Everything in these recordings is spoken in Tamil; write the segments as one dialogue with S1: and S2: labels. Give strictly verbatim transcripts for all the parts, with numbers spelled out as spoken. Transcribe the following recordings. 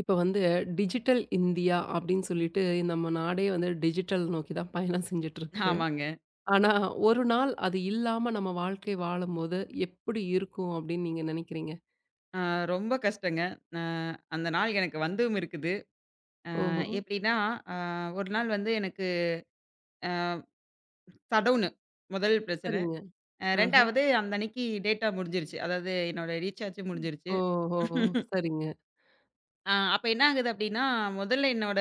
S1: இப்போ வந்து டிஜிட்டல் இந்தியா அப்படின்னு சொல்லிட்டு நம்ம நாடே வந்து டிஜிட்டல் நோக்கி தான் பயணம் செஞ்சுட்டு இருக்கு.
S2: ஆமாங்க.
S1: ஆனா ஒரு நாள் அது இல்லாம நம்ம வாழ்க்கை வாழும்போது எப்படி இருக்கும் அப்படின்னு நீங்க நினைக்கிறீங்க?
S2: அ ரொம்ப கஷ்டங்க. அ அந்த நாள் எனக்கு வந்தும் இருக்குது. அ
S1: ஓஹோ!
S2: எப்டின்னா, அ ஒரு நாள் வந்து எனக்கு சடவுனு முதல் பிரச்சனை.
S1: சரிங்க.
S2: அ
S1: ஆஹா.
S2: ரெண்டாவது அந்த அன்னைக்கு டேட்டா முடிஞ்சிருச்சு. அதாவது என்னோட ரீசார்ஜ் முடிஞ்சிருச்சு.
S1: ஓஹோ! சரிங்க.
S2: அ அப்ப என்ன ஆகுது அப்டின்னா, முதல்ல என்னோட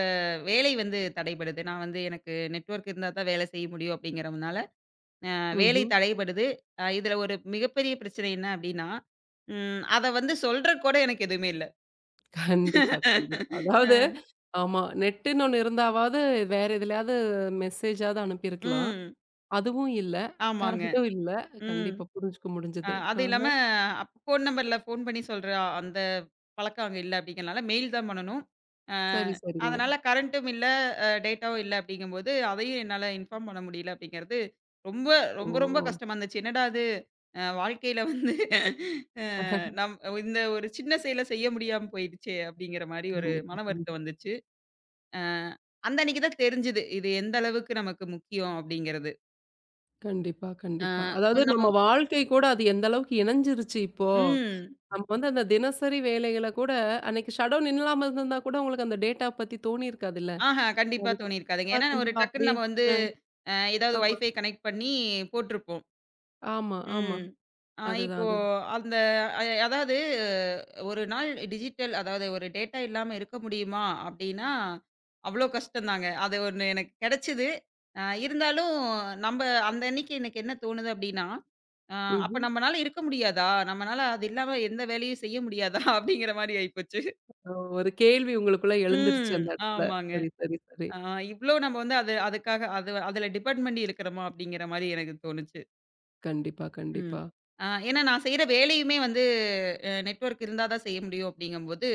S2: வேலை வந்து தடைபடுது. நான் வந்து எனக்கு நெட்வொர்க் இருந்தா தான் வேலை செய்ய முடியும் அப்டிங்கிறதுனால, அ வேலை
S1: ம்ஹ்ம்.
S2: தடைபடுது. அ இதுல ஒரு மிகப்பெரிய பிரச்சனை என்ன அப்டின்னா, ம் அத வந்து சொல்றக்கு கூட எனக்கு எதுவுமே இல்ல.
S1: கண்டிப்பா, கண்டிப்பா. அதாவது
S2: அ.
S1: ஆமா. நெட்டுன்னு ஒண்ணு இருந்தாவாவது வேற எதுலயாவது மெசேஜாவது அனுப்பியிருக்கலாம்.
S2: ம்.
S1: அதுவும் இல்ல.
S2: ஆமாங்க.
S1: கரண்ட்டும் இல்ல.
S2: ம்.
S1: கண்டிப்பா புரிஞ்சுக்க
S2: அ
S1: முடிஞ்சது.
S2: அது இல்லாம
S1: ஆஹா.
S2: ஃபோன் நம்பர்ல ஃபோன் பண்ணி சொல்ற அந்த பழக்கம் அங்க இல்ல அப்படிங்கிறனால, மெயில் தான் பண்ணணும். அ
S1: சரி, சரிங்க.
S2: அதனால கரண்ட்டும் இல்ல, அ டேட்டாவும் இல்ல அப்படிங்கும்போது, அதையும் என்னால இன்ஃபார்ம் பண்ண முடியல அப்படிங்கிறது ரொம்ப,
S1: ஓ!
S2: ரொம்ப, ரொம்ப கஷ்டமா இருந்துச்சு. என்னடா இது! அ வாழ்க்கையில வந்து அ நம் இந்த ஒரு சின்ன செயல செய்ய முடியாம போயிடுச்சே அப்படிங்கிற மாரி ஒரு
S1: கண்டிப்பா,
S2: மன
S1: கண்டிப்பா.
S2: வருத்தம் வந்துச்சு. அ அந்த அன்னைக்கு தான் தெரிஞ்சது. இது எந்த அளவுக்கு நமக்கு முக்கியம் அப்படிங்கிறது.
S1: கண்டிப்பா,
S2: அ
S1: கண்டிப்பா. அதாவது நம்ம
S2: நம்ம
S1: வாழ்க்கை கூட அது எந்த அளவுக்கு இணைஞ்சிருச்சு இப்போ.
S2: ம்.
S1: நம்ம வந்து அந்த தினசரி வேலைகள கூட அன்னைக்கு ஷட்டவுன் இல்லாம இருந்திருந்தா கூட உங்களுக்கு அந்த டேட்டா பத்தி தோணியிருக்காதுல்ல.
S2: ஆஹா, கண்டிப்பா
S1: அது
S2: தோணியிருக்காதுங்க.
S1: கண்டிப்பா,
S2: ஏன்னா ஒரு
S1: கண்டிப்பா
S2: டக்குன்னு
S1: அப்படியே
S2: நம்ம வந்து
S1: அ
S2: அ ஏதாவது
S1: ஆமா,
S2: வைஃபை கனெக்ட் பண்ணி போட்டுருப்போம்.
S1: ஆமா, ஆமா.
S2: ம். ஆ
S1: அதுதான்,
S2: இப்போ
S1: அதுதான்.
S2: அந்த அ அதாவது ஒரு நாள் டிஜிட்டல் அதாவது ஒரு டேட்டா இல்லாம இருக்க முடியுமா? அப்படின்னா, அவ்வளோ கஷ்டம்தாங்க. அது ஒண்ணு எனக்கு கிடைச்சது. அ இருந்தாலும் நம்ப அந்த அன்னைக்கு எனக்கு என்ன தோணுது அப்படின்னா, அ அப்ப
S1: ம்ஹ்ம்.
S2: நம்மனால இருக்க முடியாதா? நம்மனால அது இல்லாம எந்த வேலையும் செய்ய முடியாதா? அப்படிங்கிற மாரி ஆயிப்போச்சு.
S1: ஓ ஒரு கேள்வி உங்களுக்குள்ள எழுந்துருச்சு
S2: ம்.
S1: அந்த இடத்துல.
S2: ஆமாங்க.
S1: சரி, சரி, சரி.
S2: ஆ இவ்ளோ நம்ம வந்து அது அதுக்காக அது அதுல டிபெண்ட் பண்ணி இருக்கிறோமா? அப்படிங்கிற மாரி எனக்கு தோணுச்சு.
S1: கண்டிப்பா,
S2: ம்.
S1: கண்டிப்பா.
S2: ஆ ஏன்னா நான் செய்ற வேலையுமே வந்து அ நெட்வொர்க் இருந்தா தான் செய்ய முடியும் அப்படிங்கும்போது,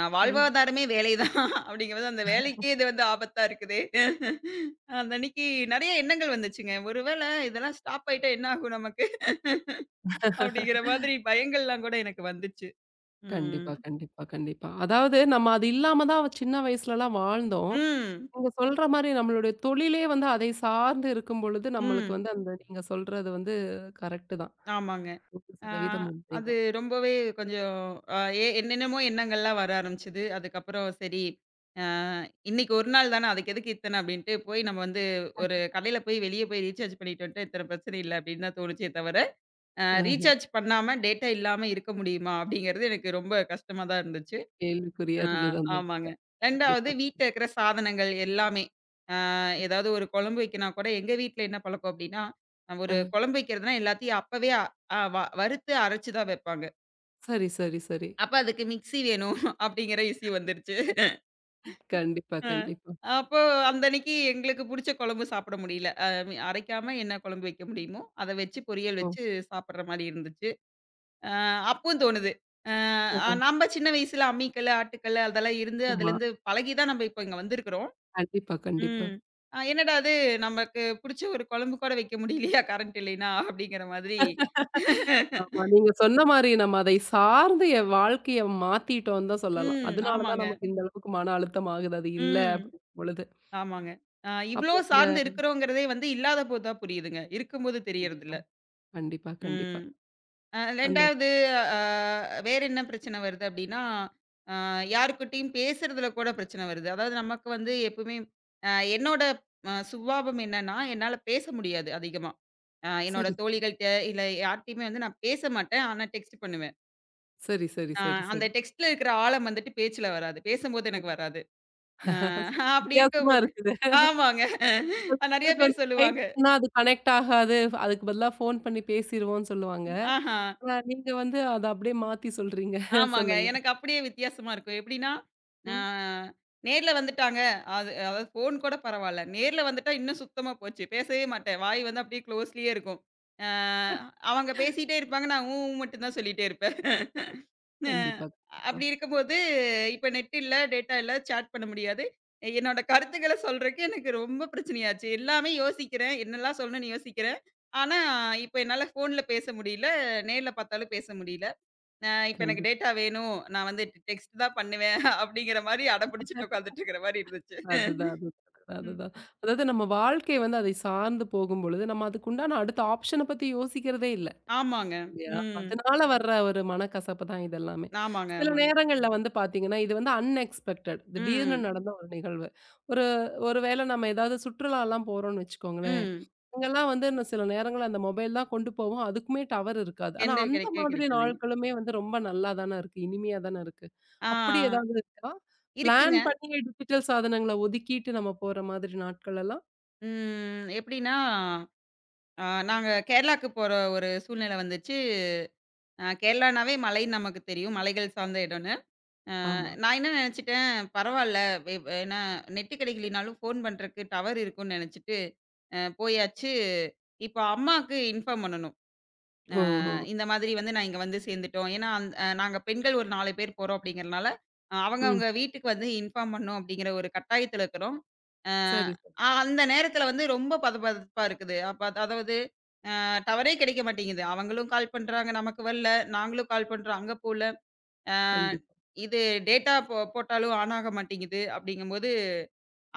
S2: அ
S1: ம்.
S2: வாழ்வாதாரமே வேலை தான் அப்படிங்கும்போது அந்த வேலைக்கே இது வந்து ஆபத்தா இருக்குதே. அந்த அன்னைக்கு நெறைய எண்ணங்கள் வந்துச்சுங்க. ஒருவேளை இதெல்லாம் ஸ்டாப் ஆயிட்டா என்ன ஆகும் நமக்கு? அப்படிங்கிற மாதிரி பயங்கள்லாம் கூட எனக்கு வந்துச்சு. ம்.
S1: கண்டிப்பா, கண்டிப்பா, கண்டிப்பா. அதாவது நம்ம அது இல்லாம தான் சின்ன வயசுலலாம் வாழ்ந்தோம்.
S2: ம்.
S1: நீங்க சொல்ற மாரி நம்மளுடைய தொழிலே வந்து அதை சார்ந்து இருக்கும் பொழுது, நம்மளுக்கு
S2: ம்.
S1: வந்து அந்த நீங்க சொல்றது வந்து கரெக்ட்டு தான்.
S2: ஆமாங்க. ஆ,
S1: நூறு சதவீதம்
S2: அது
S1: உண்மைதான்.
S2: ரொம்பவே கொஞ்சம் அ எ என்னென்னமோ எண்ணங்கள்லாம் வர ஆரம்பிச்சது. அதுக்கப்புறம் சரி, அ இன்னைக்கு ஒரு நாள் தானே அதுக்கு எதுக்கு இத்தனை அப்படின்ட்டு போய் நம்ம வந்து ஒரு கடையில போய் வெளிய போய் ரீசார்ஜ் பண்ணிட்டு வந்துட்டா இத்தனை பிரச்சனை இல்ல அப்படின்னு தான் தோணுச்சே தவிர, அ
S1: ஆஹ
S2: ரீசார்ஜ் பண்ணாம டேட்டா இல்லாம இருக்க முடியுமா? அப்படிங்கிறது எனக்கு ரொம்ப கஷ்டமா தான் இருந்துச்சு.
S1: கேள்விக்குறியா
S2: அ
S1: இருந்தது அந்த
S2: ஆமாங்க.
S1: இடத்துல. கண்டிப்பா.
S2: 2வது வீட்ல இருக்கிற சாதனங்கள் எல்லாமே. அ ஏதாவது ஒரு குழம்பு வைக்கனா கூட எங்க வீட்ல என்ன பழக்கம் அப்படின்னா, ஆஹ்
S1: அ
S2: ஒரு குழம்பு வைக்கிறதுனா எல்லாத்தையும் அப்பவே அ ஆஹ் வ வறுத்து அரைச்சு தான் வைப்பாங்க.
S1: சரி, சரி, சரி.
S2: அப்ப அதுக்கு மிக்ஸி வேணும் அப்படிங்கிற இஷ்யூ வந்துருச்சு.
S1: கண்டிப்பா,
S2: அ.
S1: கண்டிப்பா.
S2: அப்போ அந்த அன்னைக்கு எங்களுக்கு புடிச்ச குழம்பு சாப்பிட முடியல. அ மீ அரைக்காம என்ன குழம்பு வைக்க முடியுமோ, அத வச்சு பொரியல்
S1: ஓ!
S2: வச்சு சாப்பிடுற மாரி இருந்துச்சு. அ அப்பவும் தோணுது. அ
S1: அ
S2: நம்ம சின்ன வயசுல அம்மிக்கல்லு, ஆட்டுக்கல்லு அதெல்லாம் இருந்து
S1: ஆமா.
S2: அதுலேருந்து பழகி தான் நம்ம இப்ப இங்க வந்திருக்கிறோம்.
S1: கண்டிப்பா, கண்டிப்பா.
S2: ம். அ என்னடா இது நமக்கு புடிச்ச ஒரு குழம்பு கூட வைக்க முடியலையா கரண்ட் இல்லைன்னா அப்படிங்கிற மாதிரி.
S1: ஆமா. நீங்க சொன்ன மாரி நம்ம அதை சார்ந்து என் வாழ்க்கைய மாத்திட்டோம்னு தான் சொல்லலாம்.
S2: ம்.
S1: அதனால தான்
S2: ஆமாங்க.
S1: நமக்கு இந்த அளவுக்கு மன அழுத்தம் ஆகுது. அது இல்ல
S2: ம்.
S1: அப்படிங்கும் பொழுது.
S2: ஆமாங்க. அ இவ்ளோ
S1: அப்போ இந்த
S2: சார்ந்து இருக்கிறோங்கிறதே வந்து இல்லாதபோது தான் புரியுதுங்க. இருக்கும்போது
S1: கண்டிப்பா,
S2: தெரியறதில்ல.
S1: கண்டிப்பா, கண்டிப்பா.
S2: ம். அ
S1: அந்த
S2: ரெண்டாவது அ வேற என்ன பிரச்சனை வருது அப்டின்னா, அ யாருக்கிட்டயும் பேசுறதுல கூட பிரச்சனை வருது. அதாவது நமக்கு வந்து எப்பவுமே அ என்னோட அ சுபாவம் என்னன்னா, என்னால பேச முடியாது அதிகமா. அ என்னோட
S1: சரி.
S2: தோழிகள்ட்ட இல்ல யார்ட்டயுமே வந்து நான் பேச மாட்டேன். ஆனா டெக்ஸ்ட் பண்ணுவேன்.
S1: சரி, சரி,
S2: அ
S1: சரி,
S2: அந்த
S1: சரி.
S2: டெக்ஸ்ட்ல இருக்கிற ஆழம் வந்துட்டு பேச்சுல வராது. பேசும்போது எனக்கு வராது. அ அப்படி
S1: வித்தியாசமா
S2: இருக்கும்போது
S1: இருக்குது.
S2: ஆமாங்க.
S1: சில
S2: நெறைய
S1: பேருக்கு வந்து
S2: பேர்
S1: டைப்
S2: சொல்லுவாங்க.
S1: பண்ணா அது கனெக்ட் ஆகாது. அதுக்கு பதிலா ஃபோன் பண்ணி பேசிருவோம்ன்னு சொல்லுவாங்க.
S2: ஆஹா!
S1: ஆனா நீங்க வந்து அத அப்படியே மாத்தி சொல்றீங்க.
S2: ஆமாங்க.
S1: சொல்லுங்க.
S2: எனக்கு அப்படியே வித்தியாசமா இருக்கும். எப்படின்னா, ஆ
S1: ம்.
S2: நேர்ல வந்துட்டாங்க. அது அதாவது ஃபோன் கூட பரவால்ல. நேர்ல வந்துட்டா இன்னும் சுத்தமா போச்சு. பேசவே மாட்டேன். வாய் வந்து அப்படியே க்ளோஸ்லயே இருக்கும். ஆ அவங்க பேசிட்டே இருப்பாங்க. நான் ஊ ஊ மட்டும் தான் சொல்லிட்டே இருப்பேன். அ
S1: கண்டிப்பா, கண்டிப்பா,
S2: அப்படி இருக்கும்போது, இப்ப நெட் இல்ல, டேட்டா இல்ல, சேட் பண்ண முடியாது. என்னோட கருத்துக்கள சொல்றக்கு எனக்கு ரொம்ப பிரச்சனையாச்சு. எல்லாமே யோசிக்கிறேன். என்னலாம் சொல்லணும்னு யோசிக்கிறேன். ஆனா, இப்ப என்னால ஃபோன்ல பேச முடியல. நேர்ல பார்த்தாலும் பேச முடியல. அ இப்ப எனக்கு
S1: கண்டிப்பா.
S2: டேட்டா வேணும். நான் வந்து டெக்ஸ்ட் தான் பண்ணுவேன் அப்படிங்கிற மாரி அடம் பிடிச்சுட்டு உட்கார்ந்துட்டு இருக்கிற மாரி இருந்துச்சு.
S1: அதுதான், அதுதான்.
S2: ம்.
S1: அதுதான். அதாவது நம்ம வாழ்க்கை வந்து அதை சார்ந்து போகும்பொழுது, நம்ம அதுக்குண்டான அடுத்த ஆப்ஷன பத்தி யோசிக்கிறதே இல்ல.
S2: ஆமாங்க.
S1: இல்லையா?
S2: ம்.
S1: அதனால வர்ற ஒரு மனக்கசப்பு தான் இது எல்லாமே.
S2: ஆமாங்க,
S1: சில
S2: ஆமாங்க.
S1: நேரங்கள்ல வந்து பார்த்தீங்கன்னா, இது வந்து அன்எக்ஸ்பெக்டட். திடீர்னு
S2: ம்.
S1: நடந்த ஒரு நிகழ்வு. ஒரு ஒரு வேளை நம்ம ஏதாவது சுற்றுலாலாம் போறோம்னு வச்சுக்கோங்களேன்.
S2: ம்.
S1: அங்கலாம் வந்து இன்னும் சில நேரங்கள்ல அந்த மொபைல் தான் கொண்டு போவோம். அதுக்குமே டவர் இருக்காது. ஆனா,
S2: கெண்டை
S1: அந்த
S2: கிடைக்கவே
S1: மாதிரி
S2: கிடைக்காதுங்க.
S1: நாட்களுமே வந்து ரொம்ப நல்லா தானே இருக்கு. இனிமையா தானே இருக்கு. அப்படி
S2: ஆ
S1: ஏதாவது இருக்கா?
S2: இருக்குங்க.
S1: பிளான் பண்ணி டிஜிட்டல் சாதனங்கள ஒதுக்கிட்டு நம்ம போற மாதிரி நாட்கள் எல்லாம்?
S2: ம் எப்படின்னா, அ நாங்க கேரளாக்கு போற ஒரு சூழ்நிலை வந்துச்சு. அ கேரளானாவே மலைன்னு நமக்கு தெரியும். மலைகள் சார்ந்த இடம்னு.
S1: ஆமா.
S2: நான் என்ன நினைச்சுட்டேன், பரவால்ல வெ ஏன்னா நெட் கிடைக்கலினாலும் ஃபோன் பண்றதுக்கு டவர் இருக்கும்னு நினைச்சுட்டு, அ போயாச்சு. இப்போ அம்மாக்கு இன்ஃபார்ம் பண்ணணும்.
S1: ஓஹோஹோ!
S2: இந்த மாதிரி வந்து நான் இங்க வந்து சேர்ந்துட்டோம். ஏன்னா, அந் அ நாங்க பெண்கள் ஒரு நாலு பேர் போறோம் அப்படிங்கிறனால,
S1: ம்.
S2: அவங்கவங்க வீட்டுக்கு வந்து இன்ஃபார்ம் பண்ணணும் அப்படிங்கிற ஒரு கட்டாயத்துல இருக்கிறோம். அஹ்
S1: சரி, சரி.
S2: அ அந்த நேரத்துல வந்து ரொம்ப பதபதப்பா இருக்குது. அப்ப அது- அதாவது அ டவரே கிடைக்க மாட்டேங்குது. அவங்களும் கால் பண்றாங்க, நமக்கு வரல. நாங்களும் கால் பண்றோம், அங்க போல. அ
S1: கண்டிப்பா.
S2: இது டேட்டா போ போட்டாலும் ஆன் ஆக மாட்டேங்குது. அப்படிங்கும்போது,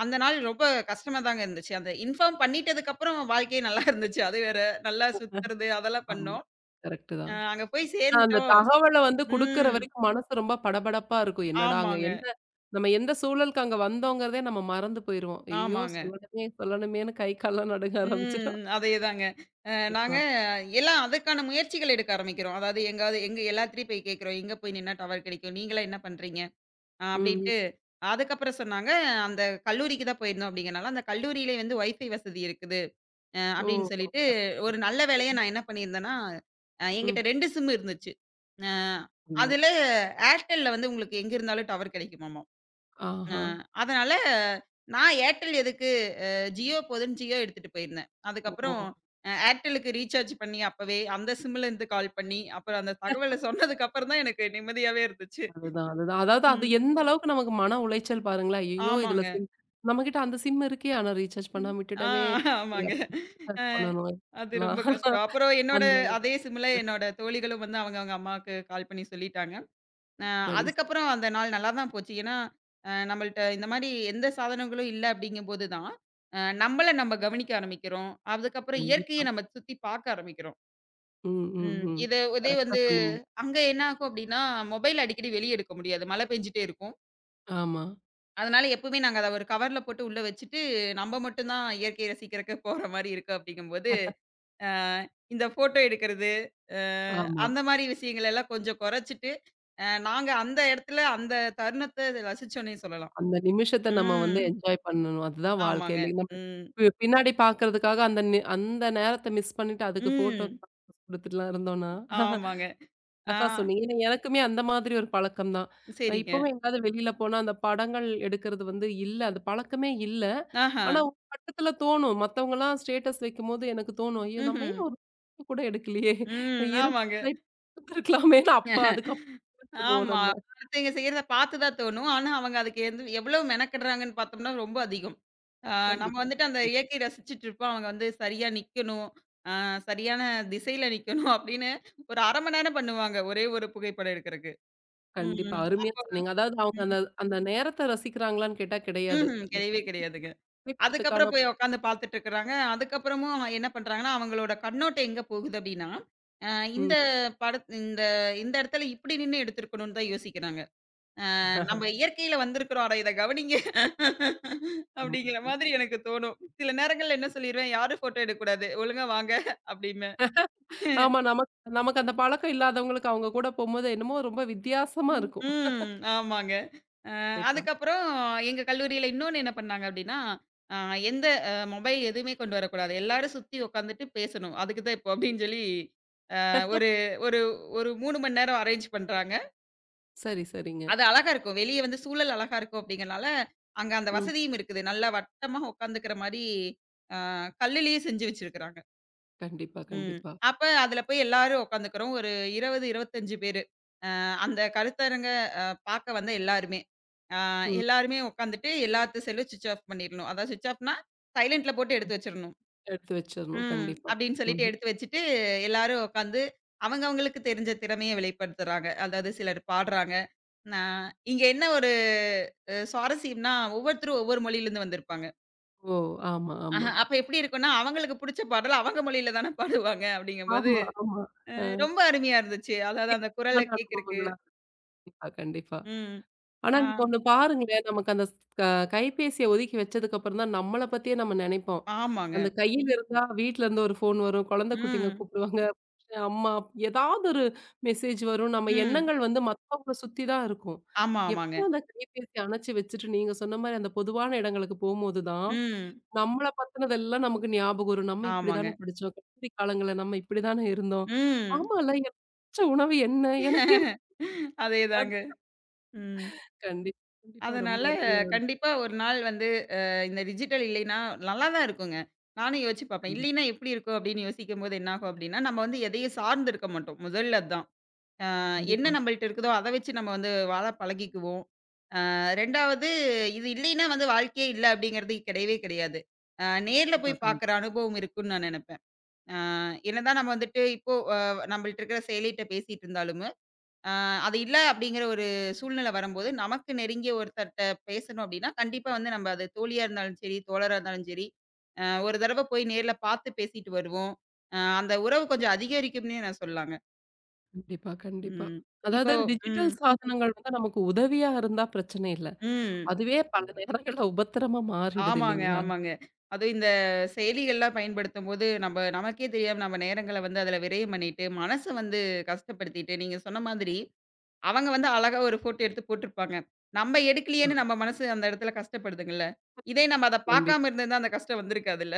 S2: அந்த நாள் ரொம்ப கஷ்டமா தாங்க இருந்துச்சு. அந்த இன்ஃபார்ம் பண்ணிட்டதுக்கப்புறம் வாழ்க்கையே நல்லா இருந்துச்சு. அது வேற. நல்லா சுத்துறது அதெல்லாம்
S1: ஆமா.
S2: பண்ணோம்.
S1: கரெக்ட்டு
S2: அ
S1: தான்.
S2: அங்க போய்
S1: நான் அந்த
S2: சேர்ந்துட்டோம்
S1: தகவல வந்து குடுக்குற
S2: ம்.
S1: வரைக்கும் மனசு ரொம்ப படபடப்பா இருக்கும். என்னடா அங்க
S2: ஆமாங்க,
S1: என்ன நம்ம எந்த சூழலுக்கு அங்க வந்தோங்கிறதே நம்ம மறந்து போயிருவோம். ஐயோ!
S2: ஆமாங்க.
S1: சொல்லணுமே சொல்லணுமேன்னு கை கால்லாம் நடுங்க
S2: ம்.
S1: ஆரம்பிச்சிரும்.
S2: அதேதாங்க. அ
S1: கண்டிப்பா.
S2: நாங்க எல்லாம் அதற்கான முயற்சிகள் எடுக்க ஆரம்பிக்கிறோம். அதாவது எங்காவது எங்க எல்லாத்துட்டயும் போய் கேட்கிறோம். எங்க போய் நின்னா டவர் கிடைக்கும்? நீங்கலாம் என்ன பண்றீங்க? அ
S1: ம். ம்.
S2: அப்படின்ட்டு. அதுக்கப்புறம் சொன்னாங்க, அந்த கல்லூரிக்கு தான் போயிருந்தோம் அப்படிங்கிறனால, அந்த கல்லூரியிலே வந்து வைஃபை வசதி இருக்குது. அ
S1: ஓ!
S2: அப்படின்னு சொல்லிட்டு,
S1: பரவால்ல.
S2: ஒரு நல்ல வேளையா நான் என்ன பண்ணியிருந்தேன்னா, அ
S1: ம்.
S2: என்கிட்ட ரெண்டு சிம் இருந்துச்சு. அ
S1: சரிங்க.
S2: அதில ஏர்டெல்ல வந்து உங்களுக்கு எங்க இருந்தாலும் டவர் கிடைக்குமாமாம். அ
S1: ஆஹா!
S2: அதனால நான் ஏர்டெல் எதுக்கு ஜியோ போதுன்னு ஜியோ எடுத்துட்டு போயிருந்தேன்.
S1: ஓ!
S2: அதுக்கப்புறம் அ ஏர்டெலுக்கு ரீசார்ஜ் பண்ணி அப்பவே அந்த சிம்ல இருந்து கால் பண்ணி, அப்புறம் அந்த தகவல சொன்னதுக்கு அப்புறம் தான் எனக்கு நிம்மதியாவே இருந்துச்சு.
S1: அதுதான், அதுதான். அதாவது அது
S2: ம்.
S1: எந்த அளவுக்கு நமக்கு மன உளைச்சல் பாருங்களேன். ஐயய்யோ! இதுல
S2: ஆமாங்க.
S1: சிம் நம்மகிட்ட அந்த சிம் இருக்கே ஆனா ரீசார்ஜ்
S2: ம்.
S1: பண்ணாம
S2: ஆ
S1: விட்டுட்டோமே. சரி
S2: ஆமாங்க.
S1: அப்ப
S2: அ
S1: ரீசார்ஜ் பண்ணணும்.
S2: அது
S1: எல்லாம்
S2: ரொம்ப கஷ்டம். அப்புறம் என்னோட
S1: அந்த ஒரு
S2: அதே சிம்ல என்னோட தோழிகளும் வந்து அவங்க அவங்க அம்மாவுக்கு கால் பண்ணி சொல்லிட்டாங்க. அ
S1: சரி.
S2: அதுக்கப்புறம் அந்த நாள் நல்லா தான் போச்சு. ஏன்னா, அ நம்மள்ட்ட இந்த மாரி எந்த சாதனங்களும் இல்ல அப்படிங்கும்போது தான், அ நம்மள நம்ம கவனிக்க ஆரம்பிக்கிறோம். அதுக்கப்புறம் இயற்கைய
S1: கண்டிப்பா.
S2: நம்ம சுத்தி பார்க்க ஆரம்பிக்கிறோம்.
S1: ம், ம்,
S2: ம்.
S1: ம்.
S2: இது இதே
S1: கரெக்ட்டா
S2: வந்து
S1: சொன்னீங்க.
S2: அங்க என்ன ஆகும் அப்டின்னா, மொபைல் அடிக்கடி வெளிய எடுக்க முடியாது. மழை பெஞ்சுட்டே இருக்கும்.
S1: ஆமா,
S2: அதனால எப்பவுமே நாங்க அத ஒரு கவர்ல போட்டு உள்ள வச்சுட்டு, நம்ம மட்டும் தான் இயற்கைய ரசிக்கிறக்கு போற மாரி இருக்கு அப்டிங்கும்போது, அ இந்த ஃபோட்டோ எடுக்கிறது, அ
S1: ஆமா.
S2: அந்த மாரி விஷயங்கள் எல்லாம் கொஞ்சம் குறைச்சிட்டு, அ நாங்க அந்த இடத்துல அந்த தருணத்த ரசிச்சோன்னே சொல்லலாம்.
S1: அந்த நிமிஷத்த நம்ம வந்து
S2: ம்.
S1: என்ஜாய் பண்ணணும். அதுதான்
S2: ஆமாங்க.
S1: வாழ்க்கையிலே. நம்ம
S2: ம்.
S1: பி பின்னாடி பார்க்கறதுக்காக அந்த நி அந்த நேரத்த மிஸ் பண்ணிட்டு அதுக்கு ஃபோட்டோ
S2: ம்.
S1: குடுத்துட்டுலாம் இருந்தோம்னா
S2: ஆமாங்க. ஆ.
S1: அழகா சொன்னீங்க. ஏன்னா எனக்குமே அந்த மாதிரி ஒரு பழக்கம் தான். அ
S2: சரிங்க.
S1: இப்பவும் எங்கயாவது வெளியில போனா அந்த படங்கள் எடுக்கிறது வந்து இல்ல. அது பழக்கமே இல்ல.
S2: ஆஹா.
S1: ஆனா ஒரு கட்டத்துல தோணும். மத்தவங்கலாம் ஸ்டேட்டஸ் வைக்கும்போது எனக்கு தோணும். ஐயோ! நம்ம
S2: ம்ஹ்ம்.
S1: ஏன் ஒரு ஃபோட்டோ கூட எடுக்கலையே!
S2: ம். ஆமாங்க.
S1: இருந்தா எடுத்திருக்கலாமேன்னு அப்ப அதுக்கப்புறம் ஃபீல் பண்ணுவோம்
S2: ஆமா.
S1: நம்ம.
S2: அடுத்தவங்க செய்யறத பாத்து தான் தோணும். ஆனா, அவங்க அதுக்கு எந்து எவ்வளவு மெனக்கெடுறாங்கன்னு பார்த்தோம்னா ரொம்ப அதிகம். ஆ நம்ம
S1: கண்டிப்பா.
S2: வந்துட்டு அந்த
S1: கண்டிப்
S2: இயற்கைய ரசிச்சுட்ருப்போம். அவங்க வந்து சரியா நிக்கணும். ஆ சரியான திசையில நிக்கணும் அப்படின்னு ஒரு அரை மணி நேரம் பண்ணுவாங்க. ஒரே ஒரு புகைப்படம் எடுக்கறக்கு.
S1: கண்டிப்பா.
S2: ம்.
S1: அருமையா
S2: அப்போ
S1: சொன்னீங்க. அதாவது அவங்க அந்த
S2: ம்
S1: அந்த நேரத்த ரசிக்கிறாங்களான்னு கேட்டா கிடையாது.
S2: ம்ஹ்ம்.
S1: இந்த
S2: கிடையவே கிடையாதுங்க.
S1: புகைப்படத்துக்கான
S2: அதுக்கப்புறம் போய் உட்காந்து பாத்துட்ருக்கறாங்க. அதுக்கப்புறமும் அவன் என்ன பண்றாங்கன்னா, அவங்களோட கண்ணோட்டம் எங்க போகுது அப்படின்னா, அ இந்த
S1: ம்.
S2: படத் இந்த இந்த இடத்துல இப்படி நின்னு எடுத்திருக்கணும்னு தான் யோசிக்கிறாங்க. நம்ம இயற்கையில வந்திருக்கிறோம். ஆனா இத கவனிங்க.
S1: ஆமா.
S2: அப்படிங்கிற மாதிரி எனக்கு தோணும். சில நேரங்கள்ல என்ன சொல்லிருவேன், யாரும் ஃபோட்டோ எடுக்கக்கூடாது. ஒழுங்கா வாங்க அப்படிம்பேன். ம்.
S1: ஆமா நமக்கு நமக்கு அந்த பழக்கம் இல்லாதவங்களுக்கு அவங்க கூட போம்போது என்னமோ ரொம்ப வித்தியாசமா இருக்கும்.
S2: ம். ஆமாங்க. அ
S1: கண்டிப்பா.
S2: அதுக்கப்புறம் எங்க கல்லூரியில இன்னொன்னு என்ன பண்ணாங்க அப்படின்னா, அ எந்த அ மொபைல் எதுவுமே கொண்டு வரக்கூடாது. எல்லாரும் சுத்தி உட்காந்துட்டு பேசணும். அதுக்கு தான் இப்போ அப்படின்னு சொல்லி, அ ஒரு ஒரு ஒரு மூணு மணி நேரம் அரேஞ்ச் பண்றாங்க.
S1: சரி, சரிங்க.
S2: அது அழகா இருக்கும். வெளிய வந்து சூழல் அழகா இருக்கும் அப்படிங்கிறனால, அங்க அந்த
S1: ம்.
S2: வசதியும் இருக்குது. நல்லா வட்டமா உட்காந்துக்கிற மாரி, ஆ கல்லுலயே செஞ்சு வச்சிருக்கிறாங்க.
S1: கண்டிப்பா,
S2: ம்.
S1: கண்டிப்பா.
S2: அப்ப அதுல போய் எல்லாரும் உட்காந்துக்கிறோம். ஒரு இருபது, இருபத்தி ஐந்து பேரு. அ அந்த கருத்தரங்க அ பார்க்க வந்த எல்லாருமே. ஆ
S1: ம்,
S2: எல்லாருமே உட்காந்துட்டு எல்லாத்து செல்லும் ஸ்விட்ச் ஆஃப் பண்ணிறணும். அதாவது ஸ்விட்ச் ஆஃப்னா, சைலன்ட்ல போட்டு
S1: ம்.
S2: எடுத்து வச்சிரணும்.
S1: எடுத்து வச்சிரணும்.
S2: ம்.
S1: கண்டிப்பா.
S2: அப்படின்னு சொல்லிட்டு
S1: ம்ஹ்ம்.
S2: எடுத்து வச்சுட்டு, எல்லாரும் உட்காந்து அவங்க அவங்களுக்கு தெரிஞ்ச திறமைய வெளிப்படுத்துறாங்க. அதாவது சிலர் பாடுறாங்க. நான் இங்க என்ன ஒரு அ சுவாரஸ்யம்ன்னா, ஒவ்வொருத்தரும் ஒவ்வொரு மொழியிலருந்து வந்திருப்பாங்க.
S1: ஓ! ஆமா,
S2: அஹ
S1: ஆமா.
S2: அப்ப எப்படி இருக்கும்ன்னா, அவங்களுக்கு புடிச்ச பாடல் அவங்க மொழியில தான பாடுவாங்க அப்படிங்கும்போது,
S1: ஆமா, ஆமா.
S2: அ
S1: அ.
S2: ரொம்ப அருமையா இருந்துச்சு. அதாவது அந்த குரல கேட்கறக்கு.
S1: அனுபவங்களா கண்டிப்பா, கண்டிப்பா.
S2: ம்.
S1: ஆனா
S2: ஆ
S1: நீங்க ஒண்ணு பாருங்களேன், நமக்கு அந்த ஸ் க கைபேசிய ஒதுக்கி வச்சதுக்கு அப்புறம் தான் நம்மள பத்தியே நம்ம நெனைப்போம்.
S2: ஆமாங்க.
S1: அந்த கையில இருந்தா வீட்ல இருந்து ஒரு ஃபோன் வரும், குழந்தை குட்டிங்க
S2: ம்.
S1: கூப்பிடுவாங்க, அம்மா ஏதாவது ஒரு மெசேஜ் வரும். நம்ம
S2: ம்.
S1: எண்ணங்கள் வந்து மத்தவங்கள சுத்தி தான் இருக்கும்.
S2: ஆமா, ஆமாங்க.
S1: எப்போ அந்த கைபேசி அணைச்சு வச்சுட்டு நீங்க சொன்ன மாரி அந்த பொதுவான இடங்களுக்கு போம்போது தான்,
S2: ம்.
S1: நம்மள பத்தினதெல்லாம் நமக்கு ஞாபகம் வரும். நம்ம
S2: ஆமாங்க.
S1: இப்படிதானே படிச்சோம். கல்லூரி காலங்கள்ல நம்ம இப்படிதானே இருந்தோம்.
S2: ம்.
S1: ஆமால்ல எனக்கு பிடிச்ச உணவு என்ன? எனக்கே மறக்காது.
S2: அதேதாங்க. ம்.
S1: கண்டிப்பா, கண்டிப்பா. ரொம்ப
S2: அதனால
S1: அருமையா
S2: கண்டிப்பா ஒரு நாள் வந்து அ இந்த டிஜிட்டல் இல்லைன்னா நல்லா தான் இருக்குங்க. நானும் யோசிச்சு பார்ப்பேன்.
S1: கண்டிப்பா.
S2: இல்லைன்னா எப்படி இருக்கும் அப்படின்னு யோசிக்கும்போது என்னாகும் அப்படின்னா, நம்ம வந்து எதையும் சார்ந்து இருக்க மாட்டோம். முதல்ல அதான். அ என்ன
S1: கண்டிப்பா.
S2: நம்மள்ட்ட இருக்குதோ அத வச்சு நம்ம வந்து வாழ பழகிக்குவோம். அ ரெண்டாவது இது இல்லைன்னா வந்து வாழ்க்கையே இல்ல அப்படிங்கிறது கிடையவே கிடையாது. அ நேர்ல
S1: கண்டிப்பா,
S2: போய்
S1: கண்
S2: பார்க்குற அனுபவம் இருக்குன்னு நான் நெனைப்பேன். அ என்னதான் நம்ம வந்துட்டு இப்போ அ நம்மள்ட்ட இருக்கிற செயலிட்ட பேசிட்டு இருந்தாலும் அ அது இல்ல அப்படிங்கிற ஒரு சூழ்நிலை வரும்போது, நமக்கு நெருங்கிய ஒருத்தர்ட்ட பேசணும் அப்படின்னா, கண்டிப்பா வந்து நம்ம அது தோழியா இருந்தாலும் சரி, தோழரா இருந்தாலும் சரி, அ ஒரு தடவ போய் நேர்ல பார்த்து பேசிட்டு வருவோம். அ அந்த உறவு கொஞ்சம் அதிகரிக்கும்னே நான் சொல்லலாங்க.
S1: கண்டிப்பா, கண்டிப்பா.
S2: ம்.
S1: அதாவது
S2: இப்போ ம்,
S1: டிஜிட்டல் சாதனங்கள் வந்து நமக்கு உதவியா இருந்தா பிரச்சனை இல்ல.
S2: ம்.
S1: அதுவே பல நேரங்கள்ல உபத்திரமா மாறிடுது
S2: ஆமாங்க,
S1: இல்லைங்களா?
S2: ஆமாங்க. அதுவும் இந்த செயலிகள்லாம் பயன்படுத்தும்போது, நம்ம நமக்கே தெரியாம நம்ம நேரங்கள வந்து அதில விரயம் பண்ணிட்டு, மனச வந்து கஷ்டப்படுத்திட்டு, நீங்க சொன்ன மாதிரி அவங்க வந்து அழகா ஒரு ஃபோட்டோ எடுத்து போட்டுருப்பாங்க. நம்ம
S1: ஆ
S2: எடுக்கலையேன்னு நம்ம மனசு அந்த இடத்துல கஷ்டப்படுதுங்கல்ல. இதே நம்ம அத
S1: கண்டிப்பா.
S2: பார்க்காம இருந்திருந்தா அந்த கஷ்டம் வந்திருக்காதுல்ல.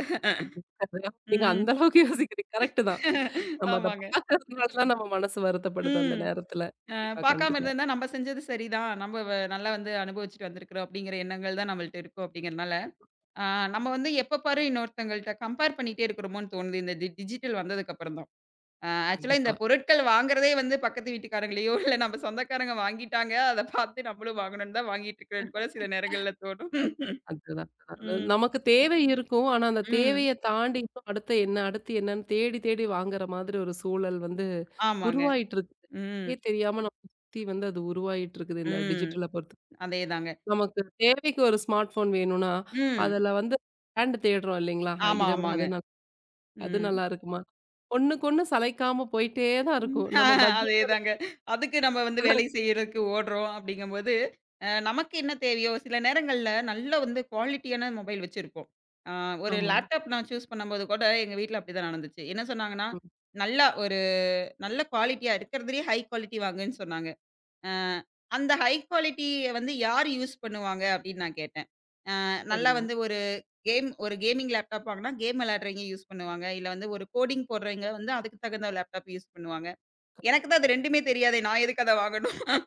S1: அதாவது நீங்க
S2: ம்.
S1: அந்த அளவுக்கு யோசிக்கிறீங்க. கரெக்ட் தான். நம்ம அத
S2: ஆமாங்க.
S1: பார்க்கறதுனால தான் நம்ம மனசு வருத்தப்படுது அந்த
S2: ம்.
S1: நேரத்துல.
S2: அ
S1: கண்டிப்பா,
S2: பார்க்காம
S1: கண்டிப்பா,
S2: இருந்திருந்தா நம்ம செஞ்சது சரிதான். நம்ம வ நல்லா வந்து அனுபவிச்சுட்டு வந்திருக்கிறோம் அப்படிங்கிற எண்ணங்கள் தான் நம்மள்ட்ட இருக்கும் அப்படிங்கிறனால, அ நம்ம வந்து எப்ப பாரு இன்னொருத்தங்கள்ட்ட கம்பேர் பண்ணிட்டே இருக்கிறோமோன்னு தோணுது இந்த டி டிஜிட்டல் வந்ததுக்கு அப்புறம் தான். அ ஆக்சுவலா இந்த
S1: கண்டிப்பா.
S2: பொருட்கள் வாங்குறதே வந்து பக்கத்து வீட்டுக்காரங்களையோ, இல்ல நம்ம சொந்தக்காரங்க வாங்கிட்டாங்க. அத பார்த்து நம்மளும் வாங்கணும்னு தான் வாங்கிட்டு இருக்கிறேன்னு கூட சில நேரங்கள்ல தோணும்.
S1: அதுதான். அது
S2: ம்.
S1: நமக்கு தேவை இருக்கும். ஆனா, அந்த
S2: ம்.
S1: தேவைய தாண்டி இன்னும் அடுத்து என்ன, அடுத்து என்னன்னு தேடி, தேடி வாங்குற மாதிரி ஒரு சூழல் வந்து
S2: ஆமாங்க.
S1: உருவாயிட்டு இருக்குது.
S2: ம்.
S1: நமக்கே தெரியாம நம்ம சுத்தி வந்து அது உருவாயிட்டு இருக்குது. இந்த
S2: ம்.
S1: டிஜிட்டல பொறுத்து.
S2: அதேதாங்க.
S1: நமக்கு தேவைக்கு ஒரு ஸ்மார்ட் ஃபோன் வேணும்னா,
S2: ம்.
S1: அதுல வந்து பிராண்ட் தேடுறோம் இல்லைங்களா?
S2: ஆமா,
S1: இத விட
S2: ஆமாங்க.
S1: அது நல் அது
S2: ம்.
S1: நல்லா இருக்குமா? ஒண்ணுக்கு ஒண்ணு சளைக்காம போயிட்டே தான்
S2: ம்.
S1: இருக்கும். நம்ம பட்ஜெட்
S2: அதேதாங்க. அதுக்கு நம்ம வந்து
S1: தான்
S2: வேலை
S1: இருக்கு.
S2: செய்யறதுக்கு ஓடுறோம் அப்படிங்கும்போது, அ நமக்கு என்ன தேவையோ சில நேரங்கள்ல நல்ல வந்து குவாலிட்டியான மொபைல் வச்சிருப்போம். ஆ ஒரு
S1: ஆமா.
S2: லேப்டாப் நான் சூஸ் பண்ணும்போது கூட எங்க வீட்ல அப்படிதான் நடந்துச்சு. என்ன சொன்னாங்கன்னா,
S1: ம்.
S2: நல்லா ஒரு நல்ல குவாலிட்டியா இருக்கிறதுலயே ஹை குவாலிட்டி வாங்குன்னு சொன்னாங்க. அ அந்த ஹை குவாலிட்டிய வந்து யார் யூஸ் பண்ணுவாங்க அப்படின்னு நான் கேட்டேன். அ நல்லா
S1: சரிங்க.
S2: வந்து ஒரு கேம் ஒரு கேமிங் லேப்டாப் வாங்குனா, கேம் விளையாடுறவங்க யூஸ் பண்ணுவாங்க. இல்ல வந்து ஒரு கோடிங் போடுறவங்க வந்து அதுக்கு தகுந்த லேப்டாப் யூஸ் பண்ணுவாங்க. எனக்கு தான் அது ரெண்டுமே தெரியாதே! நான் எதுக்கு அத வாங்கணும்?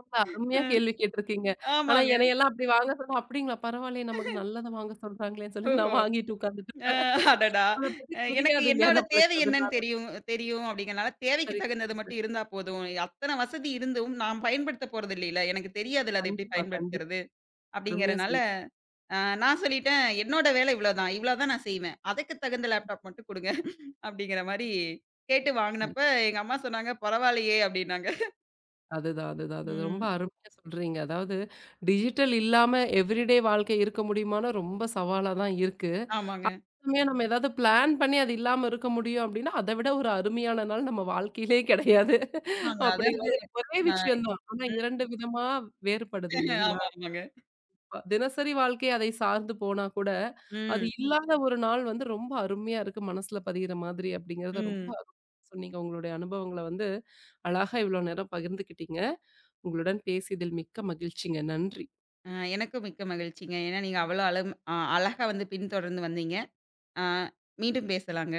S1: ரொம்ப அருமையா
S2: ம்.
S1: கேள்வி கேட்டிருக்கீங்க. ஆனா
S2: ஆமாங்க.
S1: என்னையெல்லாம் அப்படி வாங்க சொன்னா, "அப்படிங்களா பரவாயில்லையே நமக்கு நல்லத வாங்க சொல்றாங்களேன்னு" சொல்லி
S2: ஓஹோ!
S1: நான் வாங்கிட்டு உட்கார்ந்துட்டு
S2: அ
S1: இருப்பேன்.
S2: அடடா!
S1: அத பத்தி
S2: அ எனக்கு
S1: தெரியாது இல்லையா
S2: என்னோட
S1: நம்மளுக்கு
S2: தேவை என்னன்னு
S1: அதனால.
S2: தெரியும் தெரியும் அப்படிங்கிறனால, தேவைக்கு
S1: சரி, சரி,
S2: தகுந்தது
S1: சரி.
S2: மட்டும் இருந்தா போதும். அத்தன வசதி இருந்தும் நான் பயன்படுத்த போறது இல்லைல. எனக்கு தெரியாதுல்ல அத எப்படி
S1: கண்டிப்பா, கண்டிப்பா.
S2: பயன்படுத்துறது?
S1: அருமையா
S2: அப்படிங்கிறனால,
S1: சொன்னீங்க.
S2: அ நான் சொல்லிட்டேன், என்னோட வேலை இவ்வளோதான். இவ்வளோ தான் நான் செய்வேன். அதுக்கு தகுந்த லேப்டாப் மட்டும் குடுங்க. அப்படிங்கிற மாரி கேட்டு வாங்குனப்ப, எங்க அம்மா சொன்னாங்க, "பரவாயில்லையே!" அப்படின்னாங்க.
S1: அதுதான், அதுதான், அதுதான். ரொம்ப
S2: ம்.
S1: அருமையா சொல்றீங்க. அதாவது டிஜிட்டல் இல்லாம எவ்ரிடே வாழ்க்கை இருக்க முடியுமான்னா ரொம்ப சவாலா தான் இருக்கு.
S2: ஆமாங்க.
S1: உண்மையா நம்ம ஏதாவது பிளான் பண்ணி அது இல்லாம இருக்க முடியும் அப்படின்னா, அத விட ஒரு அருமையான நாள் நம்ம வாழ்க்கையிலே கிடையாது.
S2: ஆமாங்க.
S1: அப்படி
S2: அதான்
S1: ஒரே
S2: அ
S1: விஷயம் தான். ஆனா
S2: ம்.
S1: இரண்டு விதமா வேறுபடுது இல்லைங்களா?
S2: ஆமா, ஆமாங்க.
S1: கண்டிப்பா. தினசரி வாழ்க்கை அதை சார்ந்து போனா கூட, அது
S2: ம்,
S1: இல்லாத ஒரு நாள் வந்து ரொம்ப அருமையா இருக்கு மனசுல பதியிற மாதிரி அப்படிங்கிறத ரொம்ப
S2: ம்.
S1: அருமையா சொன்னீங்க. உங்களுடைய அனுபவங்கள வந்து அழகா இவ்வளோ நேரம் பகிர்ந்துக்கிட்டீங்க. உங்களுடன் பேசியதில் மிக்க மகிழ்ச்சிங்க. நன்றி.
S2: அ எனக்கும் மிக்க மகிழ்ச்சிங்க. ஏன்னா, நீங்க அவ்வளோ அழம் அ அழகா வந்து பின்தொடர்ந்து வந்தீங்க. அ மீண்டும் பேசலாங்க.